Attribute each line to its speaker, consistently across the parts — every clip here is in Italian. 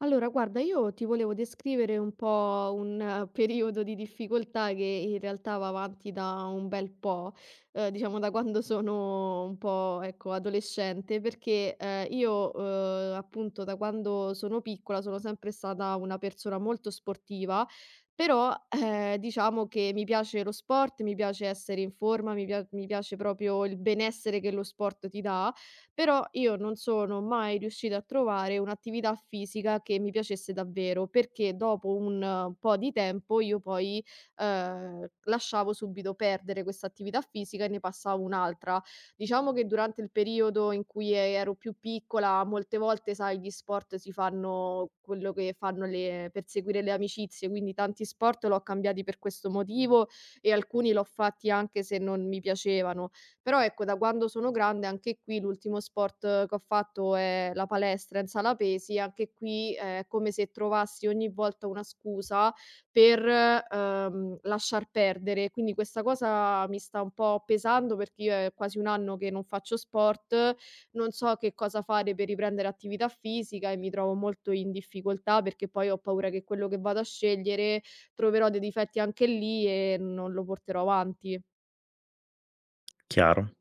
Speaker 1: Allora, guarda, io ti volevo descrivere un po' un periodo di difficoltà che in realtà va avanti da un bel po', diciamo da quando sono un po', ecco, adolescente, perché io appunto da quando sono piccola sono sempre stata una persona molto sportiva, però diciamo che mi piace lo sport, mi piace essere in forma, mi piace proprio il benessere che lo sport ti dà. Però io non sono mai riuscita a trovare un'attività fisica che mi piacesse davvero, perché dopo un po' di tempo io poi, lasciavo subito perdere questa attività fisica e ne passavo un'altra. Diciamo che durante il periodo in cui ero più piccola molte volte, sai, gli sport si fanno quello che fanno le per seguire le amicizie, quindi tanti sport l'ho cambiati per questo motivo e alcuni l'ho fatti anche se non mi piacevano. Però ecco, da quando sono grande anche qui l'ultimo sport che ho fatto è la palestra in sala pesi, anche qui è come se trovassi ogni volta una scusa per, lasciar perdere. Quindi questa cosa mi sta un po' pesando perché io è quasi un anno che non faccio sport, non so che cosa fare per riprendere attività fisica e mi trovo molto in difficoltà perché poi ho paura che quello che vado a scegliere troverò dei difetti anche lì e non lo porterò avanti.
Speaker 2: Chiaro.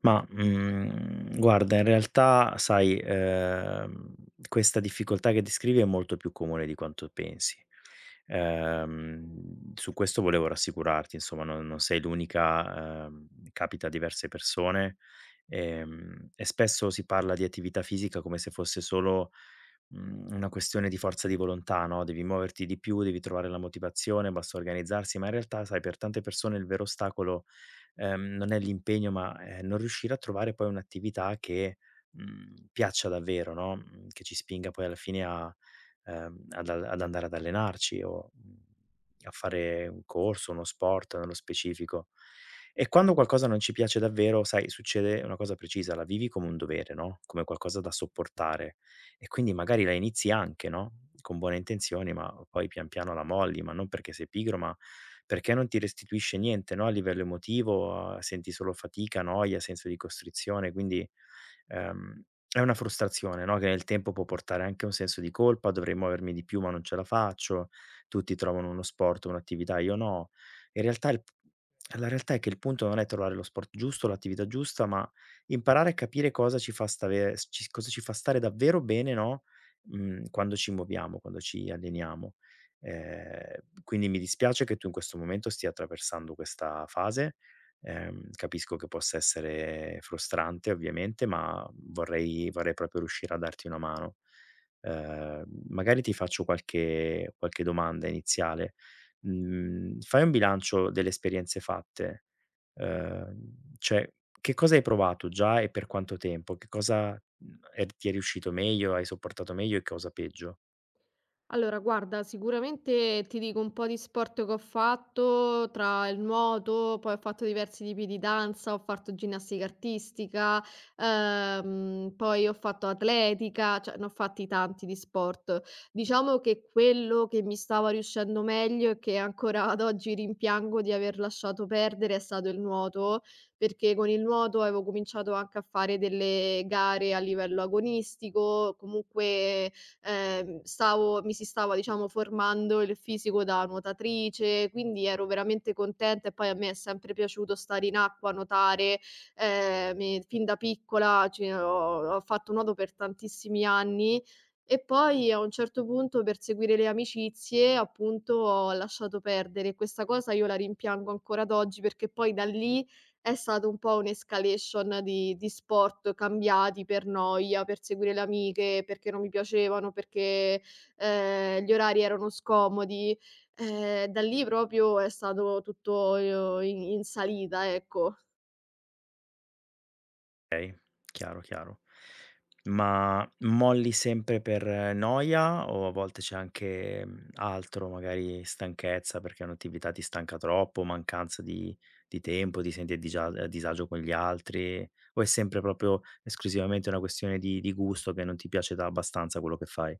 Speaker 2: Guarda in realtà sai, questa difficoltà che descrivi è molto più comune di quanto pensi. Su questo volevo rassicurarti, insomma, non sei l'unica, capita a diverse persone, e spesso si parla di attività fisica come se fosse solo, una questione di forza di volontà, no, devi muoverti di più, devi trovare la motivazione, basta organizzarsi, ma in realtà, sai, per tante persone il vero ostacolo, non è l'impegno, ma è non riuscire a trovare poi un'attività che, piaccia davvero, no, che ci spinga poi alla fine a ad al ad andare ad allenarci o, a fare un corso, uno sport nello specifico. E quando qualcosa non ci piace davvero, sai, succede una cosa precisa: la vivi come un dovere, no, come qualcosa da sopportare e quindi magari la inizi anche, no, con buone intenzioni, ma poi pian piano la molli, ma non perché sei pigro, ma perché non ti restituisce niente, no, a livello emotivo, senti solo fatica, noia, senso di costrizione, quindi, è una frustrazione, no, che nel tempo può portare anche a un senso di colpa, dovrei muovermi di più ma non ce la faccio, tutti trovano uno sport, un'attività, io no. In realtà il La realtà è che il punto non è trovare lo sport giusto, l'attività giusta, ma imparare a capire cosa ci fa stare davvero bene, no, quando ci muoviamo, quando ci alleniamo. Quindi mi dispiace che tu in questo momento stia attraversando questa fase. Capisco che possa essere frustrante ovviamente, ma vorrei proprio riuscire a darti una mano. Ehm, Magari ti faccio qualche domanda iniziale. Fai un bilancio delle esperienze fatte, ehm, cioè che cosa hai provato già e per quanto tempo? Che cosa, mhmm, è ti è riuscito meglio, hai sopportato meglio e cosa peggio?
Speaker 1: Allora, guarda, sicuramente ti dico un po' di sport che ho fatto, tra il nuoto, poi ho fatto diversi tipi di danza, ho fatto ginnastica artistica, poi ho fatto atletica, cioè ne ho fatti tanti di sport. Diciamo che quello che mi stava riuscendo meglio e che ancora ad oggi rimpiango di aver lasciato perdere è stato il nuoto, perché con il nuoto avevo cominciato anche a fare delle gare a livello agonistico, comunque stavo mi si stava diciamo formando il fisico da nuotatrice, quindi ero veramente contenta e poi a me è sempre piaciuto stare in acqua, nuotare, mi fin da piccola ci ho fatto nuoto per tantissimi anni e poi a un certo punto per seguire le amicizie appunto ho lasciato perdere. Questa cosa io la rimpiango ancora ad oggi perché poi da lì è stato un po' un'escalation di sport cambiati per noia, per seguire le amiche, perché non mi piacevano, perché, gli orari erano scomodi. Da lì proprio è stato tutto, in salita, ecco.
Speaker 2: Chiaro, chiaro. Ma molli sempre per noia o a volte c'è anche, altro, magari stanchezza perché un'attività ti stanca troppo, mancanza di tempo, ti senti a disagio con gli altri, o è sempre proprio esclusivamente una questione di gusto che non ti piace da abbastanza quello che fai?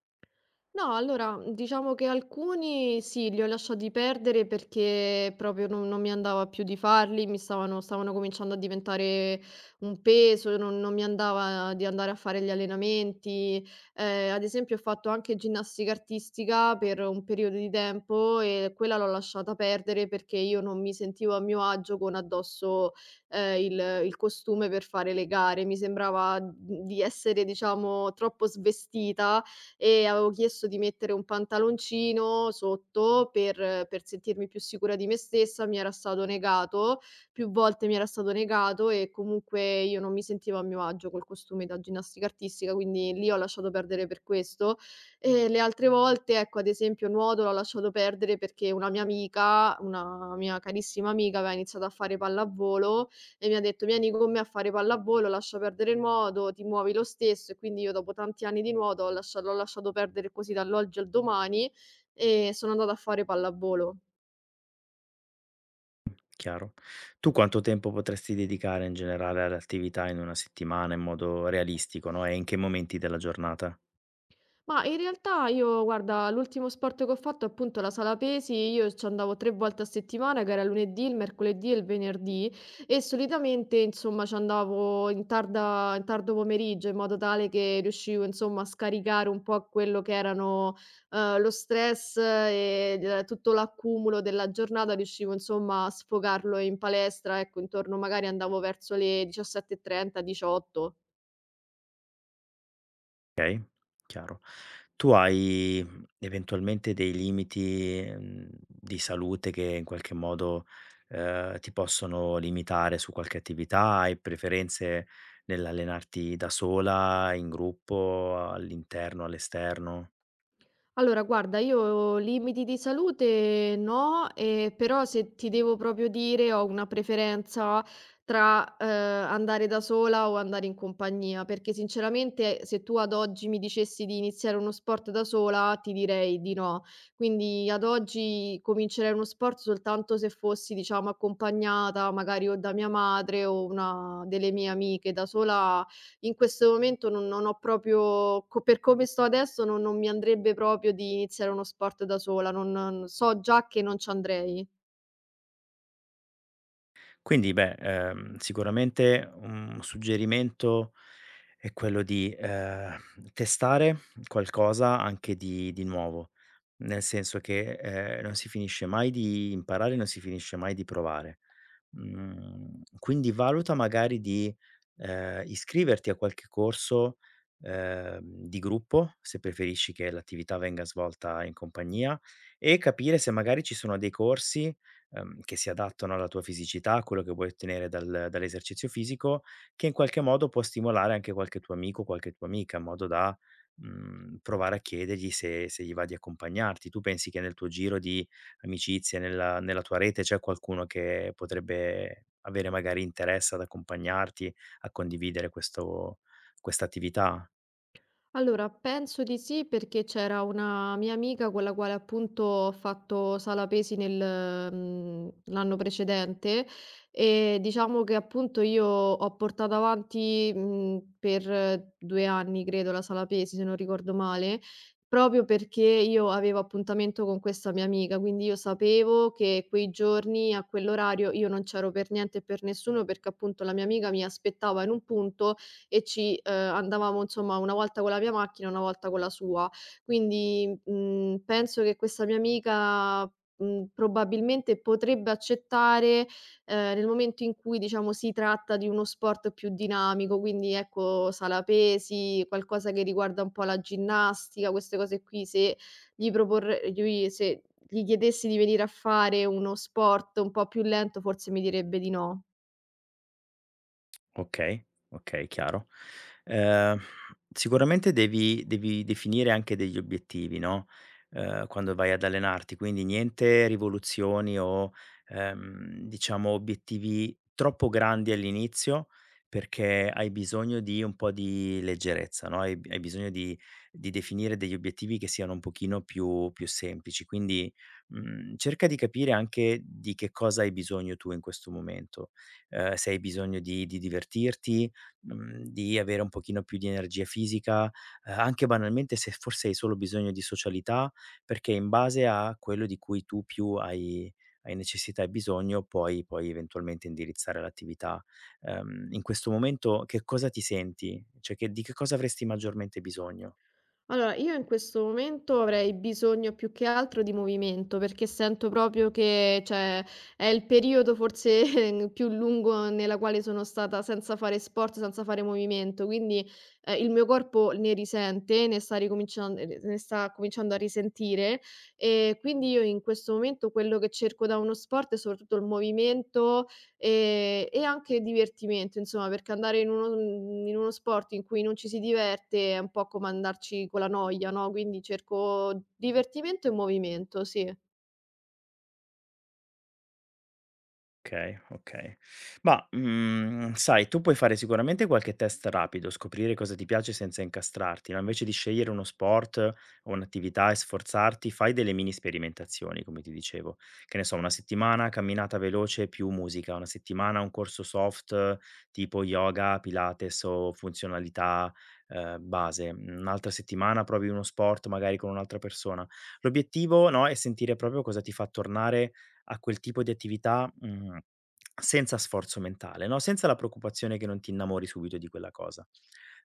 Speaker 1: No, allora, diciamo che alcuni sì, li ho lasciati perdere perché proprio non mi andava più di farli, stavano cominciando a diventare un peso, non mi andava di andare a fare gli allenamenti. Ad esempio, ho fatto anche ginnastica artistica per un periodo di tempo e quella l'ho lasciata perdere perché io non mi sentivo a mio agio con addosso, eh, il, il costume per fare le gare. Mi sembrava di essere, diciamo, troppo svestita e avevo chiesto di mettere un pantaloncino sotto per sentirmi più sicura di me stessa, mi era stato negato, più volte mi era stato negato e comunque io non mi sentivo a mio agio col costume da ginnastica artistica, quindi lì ho lasciato perdere per questo. E le altre volte, ecco, ad esempio nuoto l'ho lasciato perdere perché una mia amica, una mia carissima amica aveva iniziato a fare pallavolo e mi ha detto: "Vieni con me a fare pallavolo, lascia perdere il nuoto, ti muovi lo stesso". E quindi io dopo tanti anni di nuoto ho lascia l'ho lasciato perdere così dall'oggi al domani e sono andata a fare pallavolo.
Speaker 2: Chiaro. Tu quanto tempo potresti dedicare in generale alle attività in una settimana in modo realistico, no, e in che momenti della giornata?
Speaker 1: Ma in realtà io guarda, l'ultimo sport che ho fatto è appunto la sala pesi, io ci andavo 3 volte a settimana, che era lunedì, il mercoledì e il venerdì e solitamente insomma ci andavo in tarda in tardo pomeriggio, in modo tale che riuscivo insomma a scaricare un po' quello che erano, lo stress e d tutto l'accumulo della giornata, riuscivo insomma a sfogarlo in palestra, ecco intorno magari andavo verso le 17:30, 18.
Speaker 2: Okay, chiaro. Tu hai, eventualmente dei limiti, di salute che in qualche modo, ti possono limitare su qualche attività? Hai preferenze nell'allenarti da sola, in gruppo, all'interno, all'esterno?
Speaker 1: Allora guarda, io limiti di salute no, però se ti devo proprio dire ho una preferenza tra, andare da sola o andare in compagnia, perché sinceramente se tu ad oggi mi dicessi di iniziare uno sport da sola ti direi di no. Quindi ad oggi comincerei uno sport soltanto se fossi diciamo accompagnata magari o da mia madre o una delle mie amiche. Da sola in questo momento non ho proprio co per come sto adesso non mi andrebbe proprio di iniziare uno sport da sola, non so già che non ci andrei.
Speaker 2: Quindi beh, sicuramente un suggerimento è quello di, testare qualcosa anche di nuovo, nel senso che, non si finisce mai di imparare, non si finisce mai di provare. Quindi valuta magari di, iscriverti a qualche corso, di gruppo, se preferisci che l'attività venga svolta in compagnia, e capire se magari ci sono dei corsi, che si adattano alla tua fisicità, a quello che vuoi ottenere dall'esercizio fisico, che in qualche modo può stimolare anche qualche tuo amico, qualche tua amica, in modo da, provare a chiedergli se gli va di accompagnarti. Tu pensi che nel tuo giro di amicizie, nella tua rete c'è qualcuno che potrebbe avere magari interesse ad accompagnarti a condividere questo questa attività?
Speaker 1: Allora, penso di sì perché c'era una mia amica con la quale appunto ho fatto sala pesi nel, l'anno precedente e diciamo che appunto io ho portato avanti, per 2 anni credo la sala pesi, se non ricordo male, proprio perché io avevo appuntamento con questa mia amica, quindi io sapevo che quei giorni a quell'orario io non c'ero per niente e per nessuno perché appunto la mia amica mi aspettava in un punto e ci, andavamo insomma una volta con la mia macchina, una volta con la sua. Quindi, penso che questa mia amica, probabilmente potrebbe accettare, nel momento in cui diciamo si tratta di uno sport più dinamico, quindi ecco sala pesi, qualcosa che riguarda un po' la ginnastica, queste cose qui, se gli proporre gli se gli chiedessi di venire a fare uno sport un po' più lento forse mi direbbe di no.
Speaker 2: Okay, okay, chiaro. Ehm, Sicuramente devi definire anche degli obiettivi, no, quando vai ad allenarti, quindi niente rivoluzioni o, diciamo obiettivi troppo grandi all'inizio, perché hai bisogno di un po' di leggerezza, no, hai bisogno di definire degli obiettivi che siano un pochino più semplici. Quindi, cerca di capire anche di che cosa hai bisogno tu in questo momento. Se hai bisogno di divertirti, di avere un pochino più di energia fisica, anche banalmente se forse hai solo bisogno di socialità, perché in base a quello di cui tu più hai necessità e bisogno puoi eventualmente indirizzare l'attività. In questo momento che cosa ti senti? Cioè che Di che cosa avresti maggiormente bisogno?
Speaker 1: Allora, io in questo momento avrei bisogno più che altro di movimento, perché sento proprio che, cioè, è il periodo forse più lungo nella quale sono stata senza fare sport, senza fare movimento, quindi il mio corpo ne risente, ne sta cominciando a risentire e quindi io in questo momento quello che cerco da uno sport è soprattutto il movimento. E anche divertimento insomma, perché andare in in uno sport in cui non ci si diverte è un po' come andarci con la noia, no, quindi cerco divertimento e movimento, sì.
Speaker 2: Okay, okay. Sai, tu puoi fare sicuramente qualche test rapido, scoprire cosa ti piace senza incastrarti, no, invece di scegliere uno sport o un'attività e sforzarti, fai delle mini sperimentazioni, come ti dicevo. Che ne so, una settimana camminata veloce più musica, una settimana un corso soft tipo yoga, pilates o funzionalità, base. Un'altra settimana provi uno sport magari con un'altra persona. L'obiettivo, no, è sentire proprio cosa ti fa tornare a quel tipo di attività, senza sforzo mentale, no, senza la preoccupazione che non ti innamori subito di quella cosa.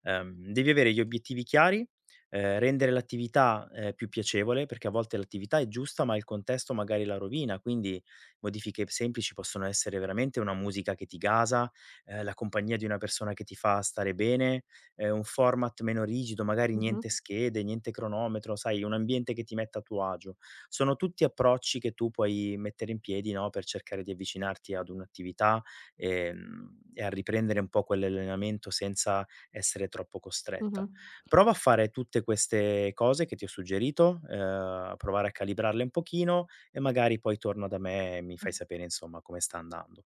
Speaker 2: Devi avere gli obiettivi chiari, rendere l'attività, più piacevole, perché a volte l'attività è giusta, ma il contesto magari la rovina, quindi modifiche semplici possono essere veramente una musica che ti gasa, la compagnia di una persona che ti fa stare bene, un format meno rigido, magari
Speaker 1: Mh-mh,
Speaker 2: niente schede, niente cronometro, sai, un ambiente che ti metta a tuo agio. Sono tutti approcci che tu puoi mettere in piedi, no, per cercare di avvicinarti ad un'attività, e a riprendere un po' quell'allenamento senza essere troppo
Speaker 1: mh-mh.
Speaker 2: costretta. Prova a fare tutte queste cose che ti ho suggerito, provare a calibrarle un pochino e magari poi torna da me e mi fai sapere, insomma, come sta andando.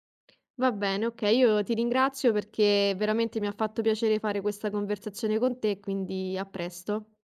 Speaker 1: Va bene, okay, io ti ringrazio perché veramente mi ha fatto piacere fare questa conversazione con te, quindi a presto.